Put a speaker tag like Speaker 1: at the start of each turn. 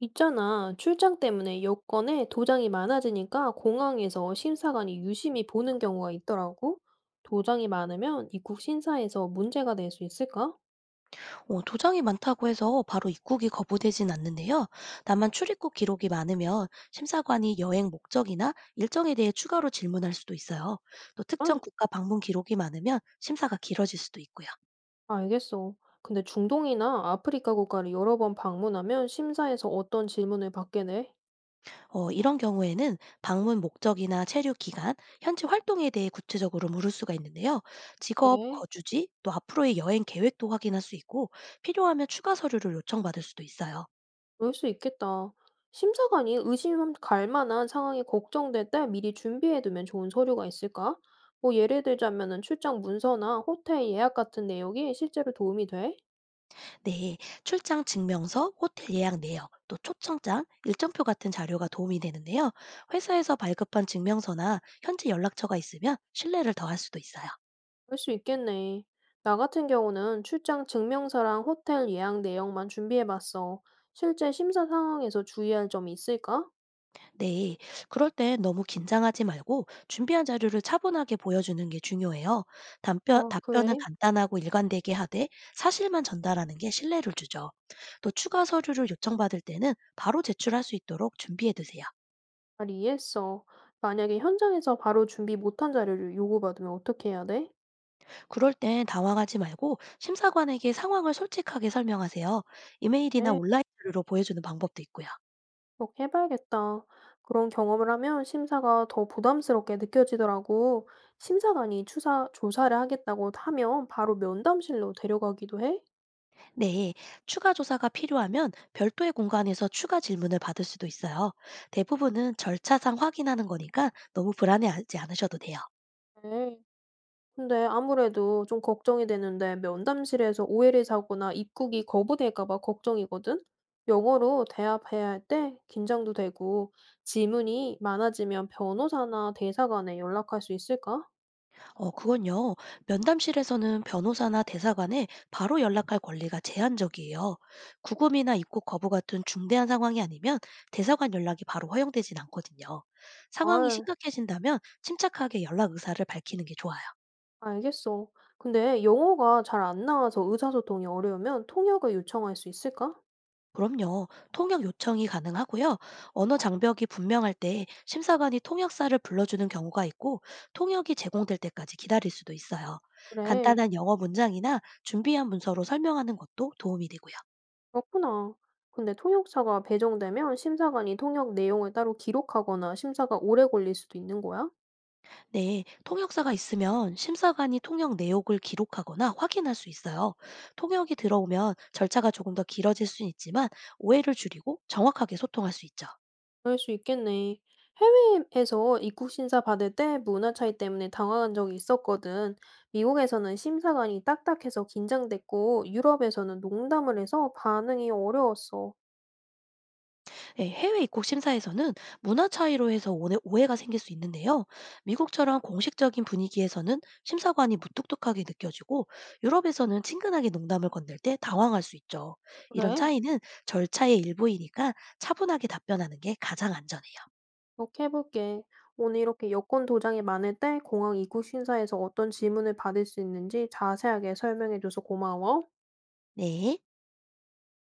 Speaker 1: 있잖아. 출장 때문에 여권에 도장이 많아지니까 공항에서 심사관이 유심히 보는 경우가 있더라고. 도장이 많으면 입국 심사에서 문제가 될 수 있을까?
Speaker 2: 도장이 많다고 해서 바로 입국이 거부되진 않는데요. 다만 출입국 기록이 많으면 심사관이 여행 목적이나 일정에 대해 추가로 질문할 수도 있어요. 또 특정
Speaker 1: 아,
Speaker 2: 국가 방문 기록이 많으면 심사가 길어질 수도 있고요.
Speaker 1: 알겠어. 근데 중동이나 아프리카 국가를 여러 번 방문하면 심사에서 어떤 질문을 받게 돼?
Speaker 2: 이런 경우에는 방문 목적이나 체류 기간, 현지 활동에 대해 구체적으로 물을 수가 있는데요. 직업,
Speaker 1: 네,
Speaker 2: 거주지, 또 앞으로의 여행 계획도 확인할 수 있고 필요하면 추가 서류를 요청받을 수도 있어요.
Speaker 1: 그럴 수 있겠다. 심사관이 의심 갈 만한 상황이 걱정될 때 미리 준비해두면 좋은 서류가 있을까? 뭐 예를 들자면은 출장 문서나 호텔 예약 같은 내용이 실제로 도움이 돼?
Speaker 2: 네, 출장 증명서, 호텔 예약 내역, 또 초청장, 일정표 같은 자료가 도움이 되는데요. 회사에서 발급한 증명서나 현지 연락처가 있으면 신뢰를 더할 수도 있어요.
Speaker 1: 그럴 수 있겠네. 나 같은 경우는 출장 증명서랑 호텔 예약 내역만 준비해봤어. 실제 심사 상황에서 주의할 점이 있을까?
Speaker 2: 네, 그럴 땐 너무 긴장하지 말고 준비한 자료를 차분하게 보여주는 게 중요해요. 답변,
Speaker 1: 아,
Speaker 2: 답변은
Speaker 1: 그래.
Speaker 2: 간단하고 일관되게 하되 사실만 전달하는 게 신뢰를 주죠. 또 추가 서류를 요청받을 때는 바로 제출할 수 있도록 준비해 두세요.
Speaker 1: 잘 이해했어. 만약에 현장에서 바로 준비 못한 자료를 요구받으면 어떻게 해야 돼?
Speaker 2: 그럴 땐 당황하지 말고 심사관에게 상황을 솔직하게 설명하세요. 이메일이나
Speaker 1: 네,
Speaker 2: 온라인 자료로 보여주는 방법도 있고요.
Speaker 1: 그렇게 해봐야겠다. 그런 경험을 하면 심사가 더 부담스럽게 느껴지더라고. 심사관이 조사를 하겠다고 하면 바로 면담실로 데려가기도 해.
Speaker 2: 네, 추가 조사가 필요하면 별도의 공간에서 추가 질문을 받을 수도 있어요. 대부분은 절차상 확인하는 거니까 너무 불안해하지 않으셔도 돼요.
Speaker 1: 네. 근데 아무래도 좀 걱정이 되는데 면담실에서 오해를 사거나 입국이 거부될까 봐 걱정이거든? 영어로 대화해야 할 때 긴장도 되고 질문이 많아지면 변호사나 대사관에 연락할 수 있을까?
Speaker 2: 그건요. 면담실에서는 변호사나 대사관에 바로 연락할 권리가 제한적이에요. 구금이나 입국 거부 같은 중대한 상황이 아니면 대사관 연락이 바로 허용되진 않거든요. 상황이
Speaker 1: 아,
Speaker 2: 심각해진다면 침착하게 연락 의사를 밝히는 게 좋아요.
Speaker 1: 알겠어. 근데 영어가 잘 안 나와서 의사소통이 어려우면 통역을 요청할 수 있을까?
Speaker 2: 그럼요. 통역 요청이 가능하고요. 언어 장벽이 분명할 때 심사관이 통역사를 불러주는 경우가 있고 통역이 제공될 때까지 기다릴 수도 있어요.
Speaker 1: 그래,
Speaker 2: 간단한 영어 문장이나 준비한 문서로 설명하는 것도 도움이 되고요.
Speaker 1: 그렇구나. 근데 통역사가 배정되면 심사관이 통역 내용을 따로 기록하거나 심사가 오래 걸릴 수도 있는 거야?
Speaker 2: 네, 통역사가 있으면 심사관이 통역 내역을 기록하거나 확인할 수 있어요. 통역이 들어오면 절차가 조금 더 길어질 수 있지만 오해를 줄이고 정확하게 소통할 수 있죠.
Speaker 1: 그럴 수 있겠네. 해외에서 입국 심사 받을 때 문화 차이 때문에 당황한 적이 있었거든. 미국에서는 심사관이 딱딱해서 긴장됐고, 유럽에서는 농담을 해서 반응이 어려웠어.
Speaker 2: 예, 해외 입국 심사에서는 문화 차이로 해서 오해가 생길 수 있는데요. 미국처럼 공식적인 분위기에서는 심사관이 무뚝뚝하게 느껴지고 유럽에서는 친근하게 농담을 건넬 때 당황할 수 있죠. 이런
Speaker 1: 그래,
Speaker 2: 차이는 절차의 일부이니까 차분하게 답변하는 게 가장 안전해요.
Speaker 1: 그렇게 해볼게. 오늘 이렇게 여권 도장이 많을 때 공항 입국 심사에서 어떤 질문을 받을 수 있는지 자세하게 설명해줘서 고마워.
Speaker 2: 네.